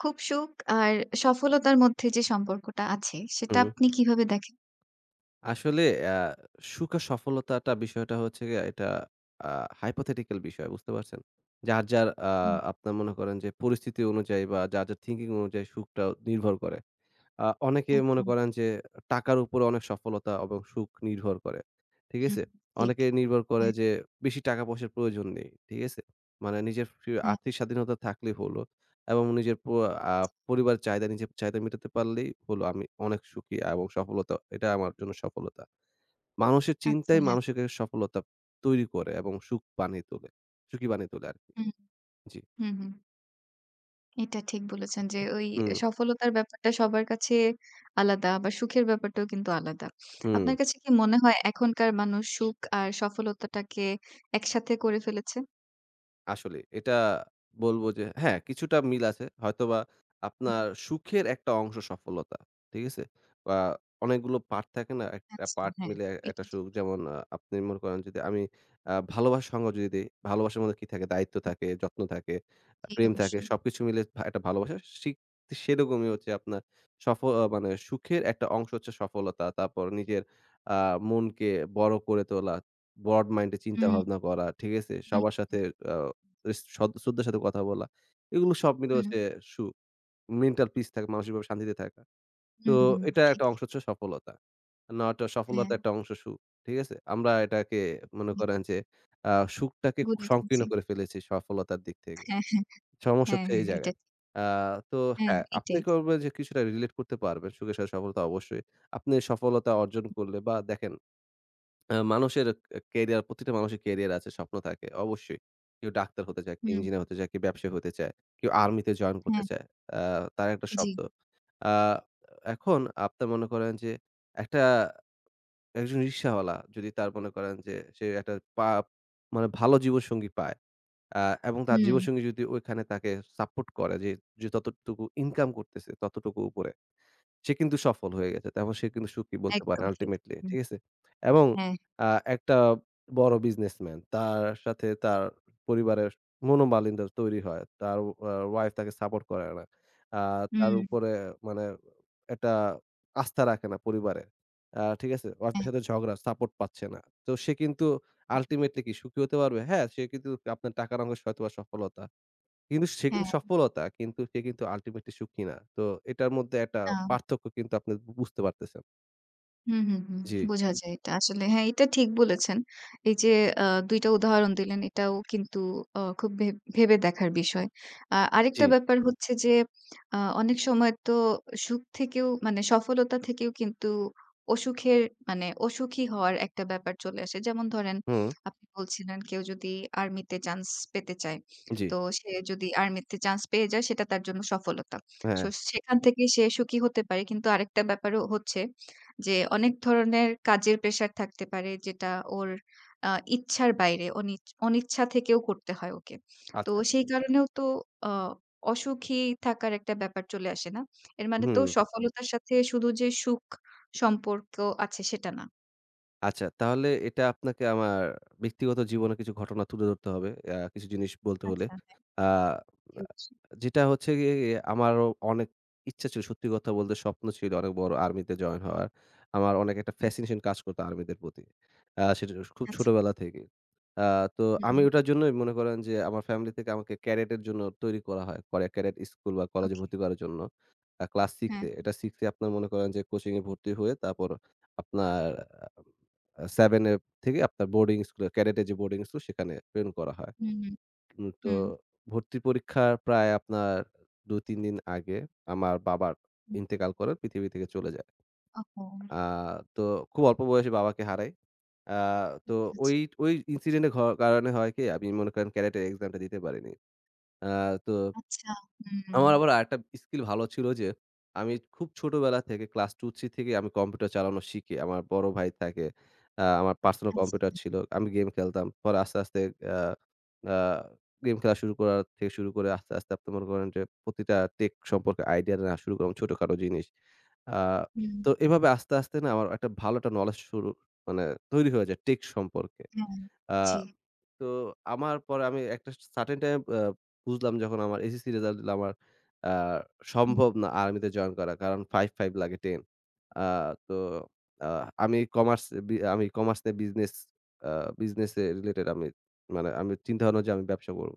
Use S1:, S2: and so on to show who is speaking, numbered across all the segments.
S1: খুব সুখ আর সফলতার মধ্যে যে সম্পর্কটা আছে, সেটা
S2: হুম।
S1: আপনি কিভাবে দেখেন?
S2: আসলে আ সুখ আর সফলতাটা বিষয়টা হচ্ছে গিয়ে এটা আ hypothetical বিষয়। বুঝতে পারছেন? যার, যার আ
S1: হুম,
S2: আপনার মনে করেন যে পরিস্থিতি অনুযায়ী বা যার, যার থিংকিং অনুযায়ী সুখটা নির্ভর করে। অনেকে মনে
S1: একদম।
S2: করেন যে টাকার উপরে অনেক সফলতা এবং সুখ নির্ভর করে। ঠিক
S1: হুম,
S2: আছে?
S1: ঠিক।
S2: অনেকে নির্ভর করে
S1: হ্যাঁ,
S2: যে বেশি টাকা-পয়সার প্রয়োজন নেই। ঠিক আছে? মানে নিজের
S1: হ্যাঁ।
S2: আর্থিক স্বাধীনতা থাকলেই হলো এবং নিজের প আ পরিবারের চাহিদা নিজের চাহিদা মেটাতে পারলেই হলো আমি অনেক সুখী এবং সফলতা এটা আমার জন্য সফলতা। মানুষের
S1: আচ্ছা,
S2: চিন্তাই
S1: হ্যাঁ।
S2: মানুষকে সফলতা তৈরি করে এবং সুখ বানিয়ে তোলে। সুখী বানিয়ে তোলে আরকি।
S1: হুম,
S2: জি।
S1: হুম, হুম। এটা ঠিক বলেছেন যে ওই
S2: হুম,
S1: সফলতার ব্যাপারটা সবার কাছে আলাদা, আবার সুখের ব্যাপারটাও কিন্তু আলাদা।
S2: হুম।
S1: আপনার কাছে কি মনে হয় এখনকার মানুষ সুখ আর সফলতাটাকে একসাথে করে ফেলেছে?
S2: আসলে এটা বলব যে হ্যাঁ, কিছুটা মিল আছে। হয়তোবা
S1: হুম,
S2: আপনার সুখের একটা অংশ সফলতা। ঠিক আছে? বা অনেকগুলো পার্ট থাকে না? একটা
S1: আচ্ছা,
S2: পার্ট
S1: হ্যাঁ,
S2: মিলে
S1: এটা
S2: একটা
S1: ঠিক।
S2: সুখ। যেমন আপনি মনে করেন যদি আমি ভালোবাসার সঙ্গ যদি দেই, ভালোবাসার মধ্যে কি থাকে? দায়িত্ব থাকে, যত্ন থাকে,
S1: জি,
S2: প্রেম থাকে।
S1: অবশ্যই।
S2: সবকিছু মিলে একটা ভালোবাসা। সেরকমই হচ্ছে আপনার সফ আ মানে সুখের একটা অংশ হচ্ছে সফলতা। তারপর নিজের আ মনকে বড় করে তোলা, ব্রড মাইন্ড এ চিন্তা
S1: হুম,
S2: ভাবনা করা। ঠিক আছে?
S1: হুম,
S2: সবার সাথে
S1: হুম,
S2: আ স সদ শ্রদ্ধার সাথে কথা বলা। এগুলো সব মিলে
S1: হুম,
S2: হচ্ছে সুখ। মেন্টাল পিস থাকা, মানসিকভাবে শান্তিতে থাকা। তো
S1: হুম, হুম,
S2: এটা
S1: ঠিক।
S2: একটা অংশ হচ্ছে সফলতা। not
S1: হ্যাঁ,
S2: সফলতার একটা অংশ সুখ। ঠিক আছে? আমরা এটাকে মনে
S1: ঠিক।
S2: করেন যে আ সুখটাকে
S1: গুড
S2: খুব
S1: আছেন
S2: সংকীর্ণ
S1: জি।
S2: করে ফেলেছি সফলতার দিক থেকে।
S1: হ্যাঁ।
S2: সমস্যা
S1: হ্যাঁ,
S2: হচ্ছে এই
S1: হ্যাঁ, এটা
S2: জায়গায়।
S1: ঠিক।
S2: আ তো
S1: হ্যাঁ,
S2: হ্যাঁ, আপনি
S1: এটাই।
S2: করবেন যে কিছুটা রিলেট করতে পারবেন সুখের সাথে সফলতা অবশ্যই। আপনি সফলতা অর্জন করলে বা দেখেন আ মানুষের ক ক্যারিয়ার প্রতিটা মানুষের ক্যারিয়ার আছে, স্বপ্ন থাকে অবশ্যই। কেউ ডাক্তার হতে চায়, কেউ
S1: হুম,
S2: ইঞ্জিনিয়ার হতে চায়, কেউ ব্যবসায়ী হতে চায়, কেউ আর্মিতে জয়েন করতে
S1: হ্যাঁ,
S2: চায়। আ তার একটা
S1: জি।
S2: শব্দ। আ এখন আপনি মনে করেন যে একটা একজন রিক্শাওয়ালা যদি তার মনে করেন যে সে একটা পা মানে ভালো জীবনসঙ্গী পায় আ এবং তার
S1: হুম,
S2: জীবনসঙ্গী যদি ওইখানে তাকে সাপোর্ট করে যে, ততটুকু ইনকাম করতেছে ততটুকু উপরে সে কিন্তু সফল হয়ে গেছে। তারপর সে কিন্তু সুখী বলতে পারেন
S1: একদম ঠিক।
S2: আল্টিমেটলি।
S1: হুম,
S2: ঠিক আছে? এবং হুম।
S1: হ্যাঁ,
S2: আ একটা বড় বিজনেসম্যান। তার সাথে তার পরিবারের মনোমালিন্য তৈরি হয়। তার ওয়াইফ তাকে সাপোর্ট করে না। আ তার
S1: হুম,
S2: উপরে মানে একটা আস্থা রাখে না পরিবারে। ঠিক আছে? ওয়াইফের
S1: হ্যাঁ,
S2: সাথে ঝগড়া, সাপোর্ট পাচ্ছে না। তো সে কিন্তু আল্টিমেটলি কি সুখী হতে পারবে? হ্যাঁ, সে কিন্তু আপনার টাকার অঙ্ক হয়তোবা সফলতা। কিন্তু সে কিন্তু
S1: হ্যাঁ,
S2: সফলতা কিন্তু সে কিন্তু ultimately সুখী না। তো এটার মধ্যে একটা
S1: না।
S2: পার্থক্য কিন্তু আপনি বুঝতে পারতেছেন।
S1: হুম, হুম, হুম।
S2: জি,
S1: বোঝা যায় এটা আসলে। হ্যাঁ, এটা ঠিক বলেছেন। এই যে আ ২ টা উদাহরণ দিলেন, এটাও কিন্তু খুব ভেবে দেখার বিষয়।
S2: জি,
S1: আরেকটা ব্যাপার হচ্ছে যে অনেক সময় তো সুখ থেকেও, মানে সফলতা থেকেও কিন্তু অসুখের, মানে অসুখী হওয়ার একটা ব্যাপার চলে আসে। যেমন ধরেন,
S2: হুম,
S1: আপনি বলছিলেন কেউ যদি আর্মিতে চান্স পেতে চায়,
S2: জি,
S1: তো সে যদি আর্মিতে চান্স পেয়ে যায় সেটা তার জন্য সফলতা।
S2: হ্যাঁ,
S1: সো সেখান থেকে সে সুখী হতে পারে। কিন্তু আরেকটা ব্যাপারও হচ্ছে যে অনেক ধরনের কাজের প্রেশার থাকতে পারে, যেটা ওর আ ইচ্ছার বাইরে, অনিচ্ছা থেকেও করতে হয় ওকে। তো
S2: আচ্ছা,
S1: সেই কারণেও তো আ অসুখী থাকার একটা ব্যাপার চলে আসে না? এর মানে তো
S2: হুম,
S1: সফলতার সাথে শুধু যে সুখ সম্পর্ক আছে সেটা না।
S2: আচ্ছা, তাহলে এটা আপনাকে আমার ব্যক্তিগত জীবনে কিছু ঘটনা তুলে ধরতে হবে। কিছু জিনিস বলতে হলে।
S1: আচ্ছা, হ্যাঁ।
S2: আ
S1: জি, অবশ্যই।
S2: যেটা হচ্ছে গিয়ে আমারও অনেক ইচ্ছা ছিল সত্যি কথা বলতে, স্বপ্ন ছিল অনেক বড় আর্মিতে জয়েন হওয়ার। আমার অনেক একটা ফ্যাসিনেশন কাজ করতো আর্মিদের প্রতি। সেটা খুব
S1: আচ্ছা।
S2: ছোটবেলা থেকে। আ তো
S1: হুম,
S2: আমি
S1: হুম।
S2: ওটার জন্যই মনে করেন যে আমার ফ্যামিলি থেকে আমাকে ক্যাডেট এর জন্য তৈরি করা হয়। করে ক্যাডেট স্কুল বা কলেজে
S1: ওকে।
S2: ভর্তি করার জন্য। ক্লাস 6
S1: হ্যাঁ।
S2: এ। এটা 6 এ আপনার মনে করেন যে কোচিং এ ভর্তি হয়ে তারপর আপনার 7 এ থেকে আপনার বোর্ডিং স্কুলে ক্যাডেটের যে বোর্ডিং স্কুল সেখানে ট্রেন করা হয়।
S1: হুম, হুম।
S2: তো
S1: হুম।
S2: ভর্তি পরীক্ষার প্রায় আপনার ২-৩ দিন আগে আমার বাবার
S1: হুম।
S2: ইন্তেকাল করেন, পৃথিবী থেকে চলে যায়।
S1: ওহো!
S2: আ তো খুব অল্প বয়সে বাবাকে হারাই। আ তো
S1: আচ্ছা,
S2: ওই
S1: আচ্ছা।
S2: ওই ইনসিডেন্ট এর কারণে হয় কি, আমি মনে করেন ক্যাডেটের এক্সামটা দিতে পারিনি। আ তো
S1: আচ্ছা। হুম।
S2: আমার আবার আরেকটা স্কিল ভালো ছিল যে, আমি খুব ছোটবেলা থেকে ক্লাস 2, 3 থেকেই আমি কম্পিউটার চালানো শিখি। আমার বড় ভাই থাকে। আমার পার্সোনাল
S1: আচ্ছা।
S2: কম্পিউটার ছিল। আমি গেম খেলতাম। পরে আস্তে, আস্তে আ আ গেম খেলা শুরু করার থেকে শুরু করে আস্তে, আস্তে আপনি মনে করেন যে প্রতিটা টেক সম্পর্কে আইডিয়া নেয়া শুরু করলাম, ছোটখাটো জিনিস। আ
S1: হুম।
S2: তো এভাবে আস্তে, আস্তে না আমার একটা ভালো একটা নলেজ শুরু, মানে তৈরি হয়ে যায় টেক সম্পর্কে।
S1: হ্যাঁ।
S2: আ
S1: জি।
S2: তো আমার পরে আমি একটা সার্টেন টাইম বুঝলাম, যখন আমার এসএসসি রেজাল্ট দিল আমার আ
S1: হুম।
S2: সম্ভব না আর্মিতে জয়েন করা। কারণ 5-5 লাগে 10। আ তো আ আমি কমার্স, আমি কমার্স নিয়ে বিজনেস, আ বিজনেস এ রিলেটেড আমি, মানে আমি চিন্তা ভাবনা যে আমি ব্যবসা করব।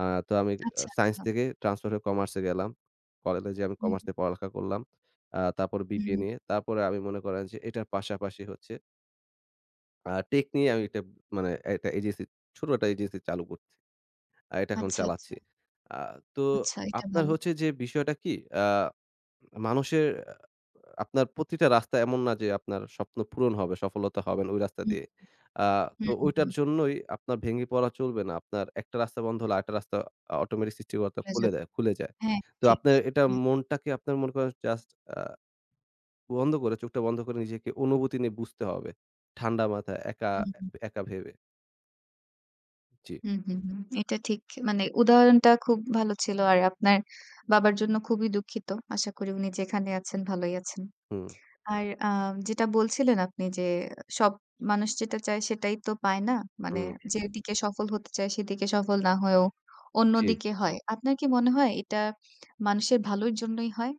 S2: আ তো আমি
S1: আচ্ছা,
S2: সায়েন্স
S1: আচ্ছা।
S2: থেকে ট্রান্সফার হয়ে কমার্সে গেলাম। কলেজে আমি
S1: হুম,
S2: কমার্স নিয়ে পড়ালেখা করলাম। তারপর বিবিএ
S1: হুম।
S2: নিয়ে। তারপরে আমি মনে করেন যে এটার পাশাপাশি হচ্ছে টেক নিয়ে আমি একটা, মানে একটা এজেন্সি, ছোট একটা এজেন্সি চালু করছি। এটা এখন
S1: আচ্ছা, আচ্ছা।
S2: চালাচ্ছি। আ তো
S1: আচ্ছা, এটা
S2: আপনার
S1: ভালো।
S2: হচ্ছে যে বিষয়টা কি, আ মানুষের আহ, আপনার প্রতিটা রাস্তা এমন না যে আপনার স্বপ্ন পূরণ হবে, সফলতা হবেন ওই রাস্তা
S1: হুম,
S2: দিয়ে। আ
S1: হুম,
S2: তো
S1: হুম,
S2: ওইটার
S1: হুম।
S2: জন্যই আপনার ভেঙে পড়া চলবে না। আপনার একটা রাস্তা বন্ধ হলে আরেকটা রাস্তা অটোমেটিক সৃষ্টিকর্তা
S1: ভুলে
S2: খুলে
S1: যাব।
S2: দেয়, খুলে যায়।
S1: হ্যাঁ,
S2: তো
S1: ঠিক।
S2: আপনার এটা
S1: হুম,
S2: মনটাকে আপনার মনে করেন জাস্ট আ বন্ধ করে, চোখটা বন্ধ করে নিজেকে অনুভূতি নিয়ে বুঝতে হবে। ঠান্ডা মাথায় একা
S1: হুম, হুম।
S2: একা ভেবে। জি।
S1: হুম, হুম, হুম। এটা ঠিক। মানে উদাহরণটা খুব ভালো ছিল। আর আপনার বাবার জন্য খুবই দুঃখিত। আশা করি উনি যেখানে আছেন ভালোই আছেন।
S2: হুম,
S1: আর যেটা বলছিলেন আপনি যে সব মানুষ যেটা চায় সেটাই তো পায় না। মানে
S2: হুম।
S1: যেদিকে সফল হতে চায় সেদিকে সফল না হয়েও
S2: জি।
S1: অন্যদিকে হয়। আপনার কি মনে হয় এটা মানুষের ভালোর জন্যই হয়?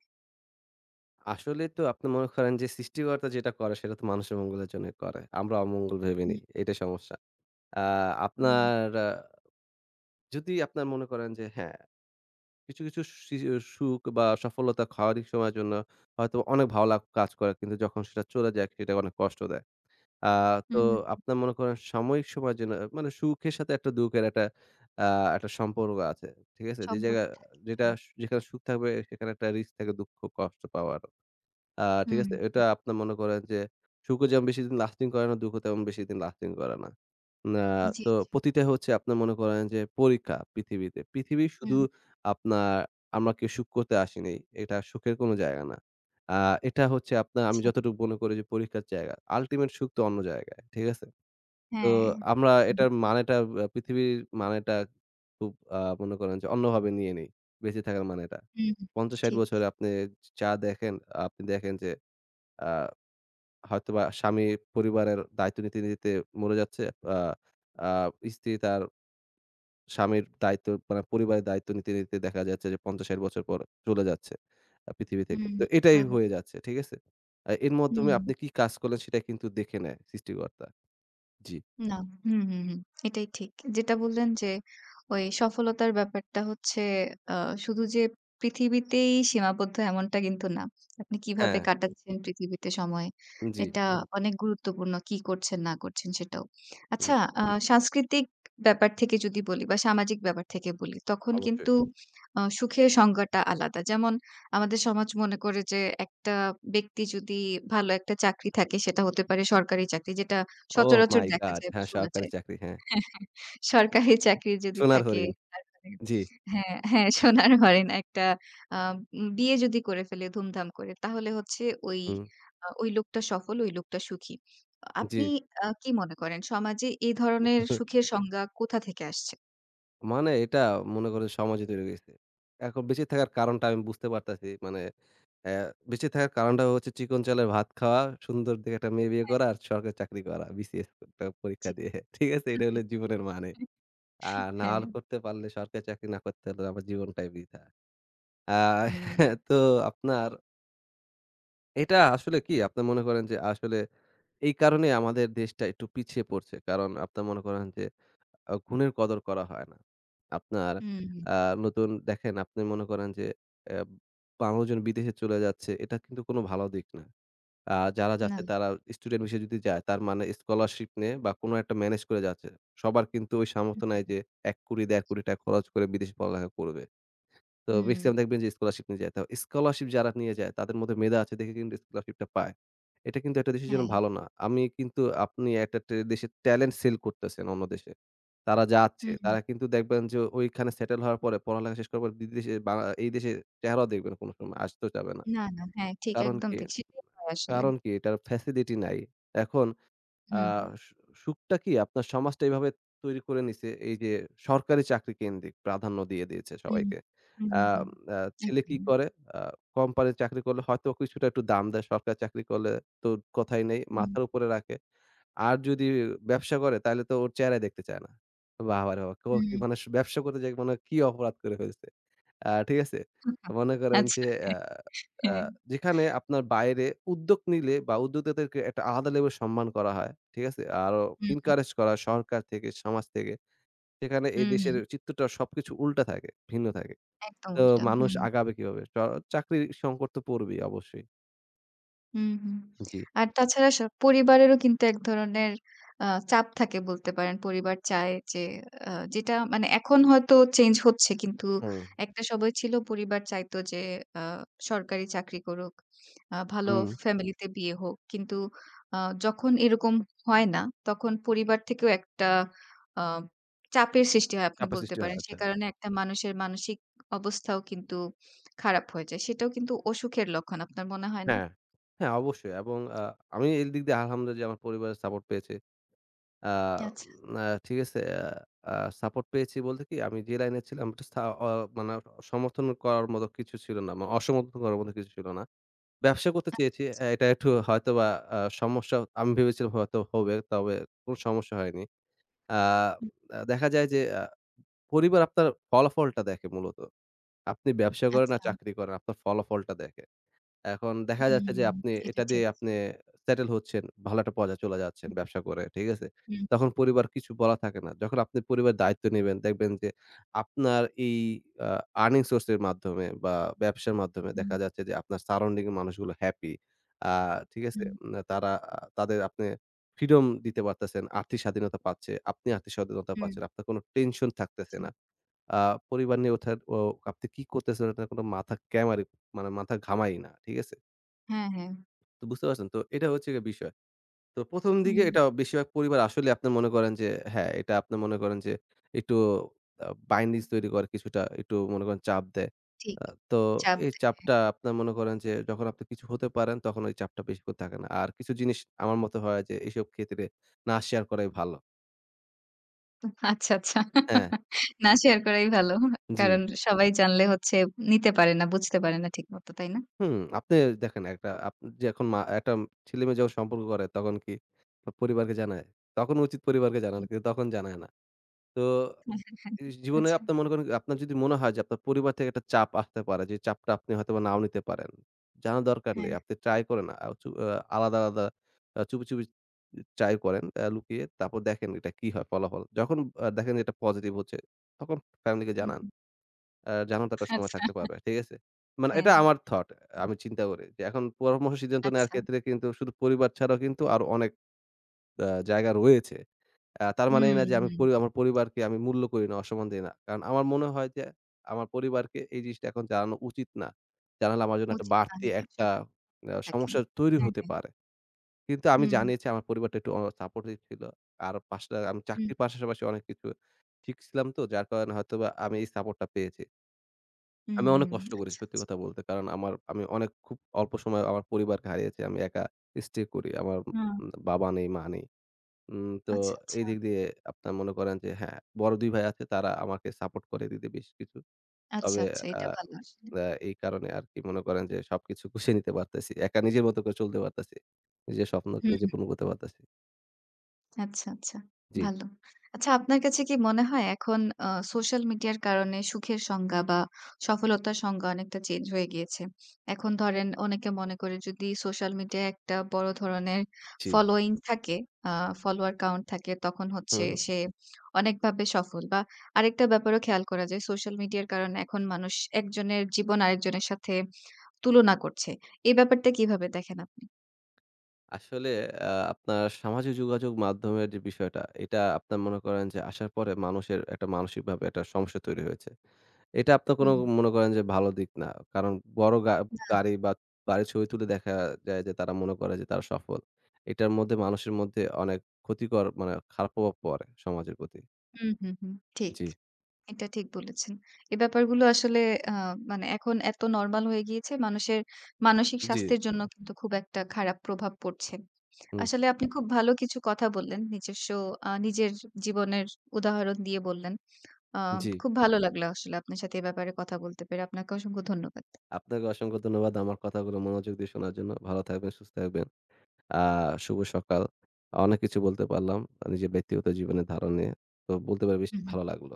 S2: আসলে তো আপনি মনে করেন যে সৃষ্টিকর্তা যেটা করে সেটা তো মানুষের মঙ্গলের জন্য করে। আমরা অমঙ্গল ভেবে
S1: হুম,
S2: নেই। এটাই সমস্যা। আ
S1: হুম,
S2: আপনার আ যদি আপনার মনে করেন যে হ্যাঁ, কিছু, কিছু সি সুখ বা সফলতা ক্ষণিক সময়ের জন্য হয়তো অনেক ভালো কাজ করে। কিন্তু যখন সেটা চলে যায় সেটা অনেক কষ্ট দেয়। আ তো
S1: হুম।
S2: আপনার মনে করেন সাময়িক সময়ের জন্য, মানে সুখের সাথে একটা দুঃখের আ একটা সম্পর্ক আছে। ঠিক আছে? যে
S1: সম্পর্ক
S2: জায়গায়
S1: থাকে।
S2: যেটা যেখানে সুখ থাকবে সেখানে একটা রিস্ক থাকে দুঃখ, কষ্ট পাওয়ার। আ ঠিক
S1: হুম,
S2: আছে? এটা আপনার মনে করেন যে সুখও যেমন বেশিদিন লাস্টিং করে না, দুঃখও তেমন বেশিদিন লাস্টিং করে না। না,
S1: জি,
S2: তো
S1: জি।
S2: প্রতিটা হচ্ছে আপনার মনে করেন যে পরীক্ষা পৃথিবীতে। পৃথিবী শুধু
S1: হুম।
S2: আপনার আমাকে সুখ করতে আসেনি। এটা সুখের কোনো জায়গা না। আ এটা হচ্ছে আপনার, আমি
S1: আচ্ছা,
S2: যতটুকু মনে করি যে পরীক্ষার জায়গা। আল্টিমেট সুখ তো অন্য জায়গায়। ঠিক আছে? তো
S1: হ্যাঁ।
S2: আমরা
S1: হুম,
S2: এটার মানেটা, পৃথিবীর মানেটা খুব মনে করেন যে অন্যভাবে নিয়ে নেই। বেঁচে থাকার মানেটা।
S1: হুম,
S2: ৫০-৬০
S1: ঠিক।
S2: বছরে আপনি যা দেখেন, আপনি দেখেন যে আ হয়তোবা স্বামী পরিবারের দায়িত্ব নিতে, নিতে মরে যাচ্ছে। আ আ স্ত্রী তার স্বামীর দায়িত্ব মানে পরিবারের দায়িত্ব নিতে, নিতে দেখা যাচ্ছে যে ৫০-৬০ বছর পর চলে যাচ্ছে পৃথিবী থেকে।
S1: হুম,
S2: তো এটাই
S1: চলে
S2: হয়ে
S1: যাচ্ছে।
S2: যাচ্ছে। ঠিক আছে? এর মাধ্যমে
S1: হুম।
S2: আপনি কি কাজ করলেন সেটা কিন্তু দেখে নেয় সৃষ্টিকর্তা। জি।
S1: না। হুম, হুম, হুম। এটাই ঠিক। যেটা বললেন যে ওই সফলতার ব্যাপারটা হচ্ছে আ শুধু যে পৃথিবীতেই সীমাবদ্ধ এমনটা কিন্তু না। আপনি কিভাবে
S2: হ্যাঁ।
S1: জি। কাটাচ্ছেন পৃথিবীতে সময়,
S2: জি,
S1: এটা হুম। অনেক গুরুত্বপূর্ণ। কি করছেন না করছেন সেটাও।
S2: হুম,
S1: আচ্ছা, আ সাংস্কৃতিক ব্যাপার থেকে যদি বলি বা সামাজিক ব্যাপার থেকে বলি, তখন
S2: অবশ্যই।
S1: কিন্তু হুম। সুখের সংজ্ঞাটা আলাদা। যেমন, আমাদের সমাজ মনে করে যে একটা ব্যক্তি যদি ভালো একটা চাকরি থাকে, সেটা হতে পারে সরকারি চাকরি যেটা
S2: ওহ
S1: সচরাচর
S2: মাই
S1: দেখা
S2: গড!
S1: যায় বা
S2: হ্যাঁ,
S1: শোনা
S2: সরকারি
S1: যায়।
S2: চাকরি। হ্যাঁ।
S1: হ্যাঁ, হ্যাঁ। সরকারি চাকরি যদি
S2: সোনার
S1: থাকে,
S2: হরিণ।
S1: তারপরে
S2: জি,
S1: হ্যাঁ, হ্যাঁ, সোনার হরিণ, একটা আ বিয়ে যদি করে ফেলে ধুমধাম করে, তাহলে হচ্ছে ওই
S2: হুম,
S1: ওই লোকটা সফল, ওই লোকটা সুখী।
S2: জি।
S1: আপনি কি মনে করেন সমাজে এই ধরনের সুখের সংজ্ঞা কোথা থেকে আসছে?
S2: মানে এটা মনে করেন সমাজে তৈরি হইছে। এখন বেঁচে থাকার কারণটা আমি বুঝতে পারতাছি। মানে অ্যা বেঁচে থাকার কারণটা হচ্ছে চিকন চালের ভাত খাওয়া, সুন্দর দেখে একটা মেয়ে বিয়ে
S1: হ্যাঁ।
S2: করা আর সরকারি চাকরি করা। বিসিএস একটা পরীক্ষা
S1: জি।
S2: দিয়ে। ঠিক আছে? এটা হলো জীবনের মানে। আর না
S1: হ্যাঁ।
S2: হলে করতে পারলে, সরকারি চাকরি না করতে পারলে আমার জীবনটাই বৃথা। আ
S1: হুম,
S2: তো আপনার এটা আসলে কি, আপনি মনে করেন যে আসলে এই কারণেই আমাদের দেশটা একটু পিছিয়ে পড়ছে। কারণ আপনি মনে করেন যে গুণের কদর করা হয় না। আপনার
S1: হুম,
S2: আ নতুন দেখেন আপনি মনে করেন যে অ্যা ১২ জন বিদেশে চলে যাচ্ছে, এটা কিন্তু কোনো ভালো দিক না। যারা
S1: না।
S2: যাচ্ছে তারা স্টুডেন্ট হিসেবে যদি যায় তার মানে স্কলারশিপ নিয়ে বা কোনো একটা ম্যানেজ করে যাচ্ছে। সবার কিন্তু ওই সামর্থ্য নাই যে ৳১,০০,০০,০০০ ৳১,২০,০০,০০০ খরচ করে বিদেশে পড়ালেখা করবে। তো
S1: হুম,
S2: মেক্সিমাম দেখবেন যে স্কলারশিপ নিয়ে যায়। তো স্কলারশিপ যারা নিয়ে যায় তাদের মধ্যে মেধা আছে দেখে কিন্তু স্কলারশিপটা পায়। এটা কিন্তু একটা দেশের জন্য
S1: হ্যাঁ।
S2: ভালো না। আমি কিন্তু, আপনি একটা দেশের ট্যালেন্ট সেল করতেছেন অন্য দেশে। তারা যাচ্ছে।
S1: হুম,
S2: তারা কিন্তু দেখবেন যে ওইখানে সেটেল হওয়ার পরে, পড়ালেখা শেষ করার পরে বিদেশে বা এই দেশের চেহারাও দেখবে না কোনো সময়। আসতেও চাবে না।
S1: না, না। হ্যাঁ, ঠিক,
S2: কারণ
S1: একদম
S2: কি?
S1: ঠিক। সেটাই হয় আসলে।
S2: কারণ কি? এটার ফ্যাসিলিটি নাই। এখন আ
S1: হুম।
S2: সু সুখটা কি আপনার সমাজটা এভাবে তৈরি করে নিছে, এই যে সরকারি চাকরি কেন্দ্রিক প্রাধান্য দিয়ে দিয়েছে
S1: হুম,
S2: সবাইকে।
S1: হুম, হুম,
S2: আম
S1: হুম।
S2: আ ছেলে কি
S1: একদম।
S2: করে? আ কোম্পানির চাকরি করলে হয়তো কিছুটা একটু দাম দেয়। সরকারি চাকরি করলে তো কথাই নেই।
S1: হুম,
S2: মাথার উপরে রাখে। আর যদি ব্যবসা করে তাহলে তো ওর চেহারাই দেখতে চায় না। বাবা রে বাবা! ও কি,
S1: হুম।
S2: মানে ব্যবসা করতে যেয়ে মনে হয় কি অপরাধ করে ফেলছে। ঠিক আছে? মনে করেন যে
S1: আচ্ছা,
S2: আ
S1: হ্যাঁ,
S2: আ
S1: হ্যাঁ।
S2: যেখানে আপনার বাইরে উদ্যোগ নিলে বা উদ্যোক্তাদেরকে একটা আলাদা লেভেল সম্মান করা হয়। ঠিক আছে? আরো
S1: হুম,
S2: encourage করা হয় সরকার থেকে, সমাজ থেকে। সেখানে এই
S1: হুম,
S2: দেশের
S1: হুম।
S2: চিত্রটা সবকিছু উল্টা থাকে, ভিন্ন থাকে।
S1: একদম
S2: তো
S1: উল্টা।
S2: মানুষ
S1: হুম।
S2: আগাবে কিভাবে? চাকরির সংকট তো পড়বেই অবশ্যই।
S1: হুম, হুম।
S2: জি।
S1: আর তাছাড়া স পরিবারেরও কিন্তু এক ধরনের চাপ থাকে বলতে পারেন। পরিবার চায় যে যেটা মানে এখন হয়তো চেঞ্জ হচ্ছে, কিন্তু
S2: হুম,
S1: একটা সময় ছিল পরিবার চাইতো যে আ সরকারি চাকরি করুক, ভালো
S2: হুম।
S1: ফ্যামিলিতে বিয়ে হোক। কিন্তু আ যখন এরকম হয় না, তখন পরিবার থেকেও একটা আ চাপের সৃষ্টি হয় আপনি
S2: চাপের
S1: বলতে
S2: সৃষ্টি হয়।
S1: পারেন। সে
S2: আচ্ছা।
S1: কারণে একটা মানুষের মানসিক অবস্থাও কিন্তু খারাপ হয়ে যায়। সেটাও কিন্তু অসুখের লক্ষণ। আপনার মনে হয় না?
S2: হ্যাঁ, হ্যাঁ অবশ্যই, এবং আমি এই দিক দিয়ে আলহামদুলিল্লাহ আমার পরিবারের সাপোর্ট পেয়েছি। আ
S1: আচ্ছা।
S2: আ ঠিক আছে? আ সাপোর্ট পেয়েছি বলতে কি, আমি যে লাইনে ছিলাম একটু সা অ মানে সমর্থন করার মতো কিছু ছিল না। মানে অসমর্থন করার মতো কিছু ছিল না। ব্যবসা করতে
S1: আচ্ছা,
S2: চেয়েছি। এটা একটু হয়তোবা সমস্যা আমি ভেবেছিলাম হয়তো হবে। তবে কোন সমস্যা হয়নি। আ দেখা যায় যে পরিবার আপনার ফলাফলটা দেখে মূলত। আপনি ব্যবসা করেন আর
S1: আচ্ছা।
S2: চাকরি করেন, আপনার ফলাফলটা দেখে। এখন দেখা যাচ্ছে
S1: হুম,
S2: যে আপনি
S1: এটা
S2: এটা দিয়ে
S1: ঠিক।
S2: আপনি সেটেল হচ্ছেন। ভালো একটা পর্যায়ে চলে যাচ্ছেন
S1: হুম,
S2: ব্যবসা করে। ঠিক আছে?
S1: হুম,
S2: তখন পরিবার কিছু বলা থাকে না। যখন আপনি পরিবারের দায়িত্ব নিবেন দেখবেন যে আপনার এই আ আর্নিং সোর্স এর মাধ্যমে বা ব্যবসার মাধ্যমে
S1: হুম,
S2: দেখা যাচ্ছে যে আপনার সারাউন্ডিং এর মানুষগুলো হ্যাপি। আ ঠিক আছে?
S1: হুম,
S2: তারা তাদের আপনি ফ্রিডম দিতে পারতেছেন। আর্থিক স্বাধীনতা পাচ্ছে। আপনি আর্থিক স্বাধীনতা
S1: হুম,
S2: পাচ্ছেন। আপনার কোনো টেনশন থাকতেছে
S1: ঠিক।
S2: না। আ পরিবার নিয়ে ওঠার ও আপনি কি করতেছেন, ওটার কোনো মাথা মানে মাথা ঘামায়ই না। ঠিক আছে?
S1: হ্যাঁ, হ্যাঁ।
S2: তো বুঝতে পারছেন? তো এটা হচ্ছে গিয়ে বিষয়। তো ১ম দিকে
S1: হুম,
S2: এটা বেশিরভাগ পরিবার আসলে আপনি মনে করেন যে হ্যাঁ, এটা আপনি মনে করেন যে একটু বাইন্ডিজ তৈরি করে কিছুটা একটু মনে করেন চাপ দেয়।
S1: ঠিক।
S2: আ তো
S1: চাপ
S2: এই
S1: দেয়।
S2: চাপটা আপনার মনে করেন যে যখন আপনি কিছু হতে পারেন তখন ওই চাপটা বেশিক্ষণ থাকে না। আর কিছু জিনিস আমার মতে হয় যে এসব ক্ষেত্রে না শেয়ার করাই ভালো।
S1: আচ্ছা, আচ্ছা।
S2: হ্যাঁ,
S1: না শেয়ার করাই ভালো।
S2: জি।
S1: কারণ সবাই জানলে হচ্ছে নিতে পারে না, বুঝতে পারে না ঠিকমতো, তাই না?
S2: হুম, আপনি দেখেন একটা আপ যখন মা একটা ছেলে-মেয়ে যখন সম্পর্ক করে তখন কি পরিবারকে জানায়? তখন উচিত পরিবারকে জানানো,
S1: হুম।
S2: কিন্তু তখন জানায় না। তো এই জীবনে
S1: আচ্ছা।
S2: আপনার মনে করেন আপনার যদি মনে হয় যে আপনার পরিবার থেকে একটা চাপ আসতে পারে, যে চাপটা আপনি হয়তোবা নাও নিতে পারেন। জানার দরকার নেই।
S1: হ্যাঁ।
S2: আপনি ট্রাই করেন আ চু আ আলাদা, আলাদা চুপি, চুপি ট্রাই করেন লুকিয়ে। তারপর দেখেন এটা কি হয় ফলাফল। যখন দেখেন এটা পজিটিভ হচ্ছে, তখন ফ্যামিলিকে
S1: হুম,
S2: জানান।
S1: হুম।
S2: জানানোর তো একটা সময়
S1: আচ্ছা।
S2: থাকতে পারবে। ঠিক আছে? মানে
S1: হ্যাঁ।
S2: এটা
S1: হুম,
S2: আমার থট। আমি চিন্তা করি যে এখন পরামর্শ, সিদ্ধান্ত নেওয়ার
S1: আচ্ছা।
S2: ক্ষেত্রে কিন্তু শুধু পরিবার ছাড়াও কিন্তু আরো অনেক জায়গা রয়েছে। তার মানে
S1: হুম,
S2: এই না যে আমি
S1: হুম।
S2: আমার পরিবারকে আমি মূল্য করি না, অসম্মান দেই না। কারণ আমার মনে হয় যে আমার পরিবারকে এই জিনিসটা এখন জানানো উচিত না। জানালে আমার জন্য একটা
S1: উচিত
S2: বাড়তি
S1: না। হ্যাঁ,
S2: একটা
S1: সবকিছু থাকে।
S2: সমস্যা তৈরি
S1: হ্যাঁ,
S2: হতে
S1: হ্যাঁ।
S2: পারে। কিন্তু আমি
S1: হুম,
S2: জানিয়েছি, আমার পরিবারটা একটু সাপোর্টিভ ছিল। আর পাশে আমি
S1: হুম,
S2: চাকরির পাশাপাশি অনেক কিছু শিখছিলাম, তো যার কারণে হয়তোবা আমি এই সাপোর্টটা পেয়েছি।
S1: হুম,
S2: আমি অনেক
S1: হুম।
S2: কষ্ট করেছি
S1: আচ্ছা,
S2: সত্যি
S1: আচ্ছা।
S2: কথা বলতে। কারণ আমি অনেক খুব অল্প সময়ে আমার পরিবারকে হারিয়েছি। আমি একা স্টে করি। আমার
S1: হুম।
S2: বাবা নেই, মা নেই। তো
S1: আচ্ছা,
S2: এই
S1: আচ্ছা।
S2: দিক দিয়ে আপনার মনে করেন যে হ্যাঁ, বড় ২ ভাই আছে, তারা আমাকে সাপোর্ট করে দিতে বেশ কিছু।
S1: আচ্ছা,
S2: তবে
S1: আচ্ছা।
S2: আ
S1: এটা ভালো আসলে।
S2: আ এই কারণে আরকি মনে করেন যে সবকিছু গুছিয়ে নিতে পারতেছি। একা নিজের মতো করে চলতে পারতেছি। নিজের স্বপ্নকে নিজে
S1: হুম।
S2: পূরণ করতে পারতেছি।
S1: আচ্ছা, আচ্ছা।
S2: জি।
S1: ভালো। আচ্ছা, আপনার কাছে কি মনে হয় এখন সোশ্যাল মিডিয়ার কারণে সুখের সংজ্ঞা বা সফলতার সংজ্ঞা অনেকটা চেঞ্জ হয়ে গিয়েছে। এখন ধরেন, অনেকে মনে করে যদি সোশ্যাল মিডিয়ায় একটা বড় ধরনের
S2: জি।
S1: ফলোইং থাকে, আ ফলোয়ার কাউন্ট থাকে, তখন হচ্ছে
S2: হুম।
S1: সে অনেকভাবে সফল। বা আরেকটা ব্যাপারও খেয়াল করা যায়, সোশ্যাল মিডিয়ার কারণে এখন মানুষ একজনের জীবন আরেকজনের সাথে তুলনা করছে। এই ব্যাপারটা কিভাবে দেখেন আপনি?
S2: আসলে আ আপনার সামাজিক যোগাযোগ মাধ্যমের যে বিষয়টা, এটা আপনার মনে করেন যে আসার পরে মানুষের একটা মানসিকভাবে একটা সমস্যা তৈরি হয়েছে। এটা আপনার কোনো
S1: হুম।
S2: মনে করেন যে ভালো দিক না। কারণ বড় গাড়ি বা বাড়ির ছবি তুলে দেখা যায় যে তারা মনে করে যে তারা সফল। এটার মধ্যে মানুষের মধ্যে অনেক ক্ষতিকর মানে খারাপ প্রভাব পড়ে সমাজের প্রতি।
S1: হুম, হুম, হুম। ঠিক।
S2: জি,
S1: এটা ঠিক বলেছেন। এই ব্যাপারগুলো আসলে আ মানে এখন এত নরমাল হয়ে গিয়েছে, মানুষের মানসিক
S2: জি।
S1: স্বাস্থ্যের জন্য কিন্তু খুব একটা খারাপ প্রভাব পড়ছে।
S2: হুম,
S1: আসলে আপনি খুব ভালো কিছু কথা বললেন। নিজস্ব নিজের জীবনের উদাহরণ দিয়ে বললেন। আ
S2: জি।
S1: খুব ভালো লাগলো আসলে আপনার সাথে এ ব্যাপারে কথা বলতে পেরে। আপনাকে অসংখ্য ধন্যবাদ।
S2: আপনাকে অসংখ্য ধন্যবাদ আমার কথাগুলো মনোযোগ দিয়ে শোনার জন্য। ভালো থাকবেন, সুস্থ থাকবেন। আ শুভ সকাল। অনেক কিছু বলতে পারলাম। নিজের ব্যক্তিগত জীবনের ধারণা নিয়ে। তো বলতে পেরে বেশ
S1: হু, হু।
S2: ভালো লাগলো।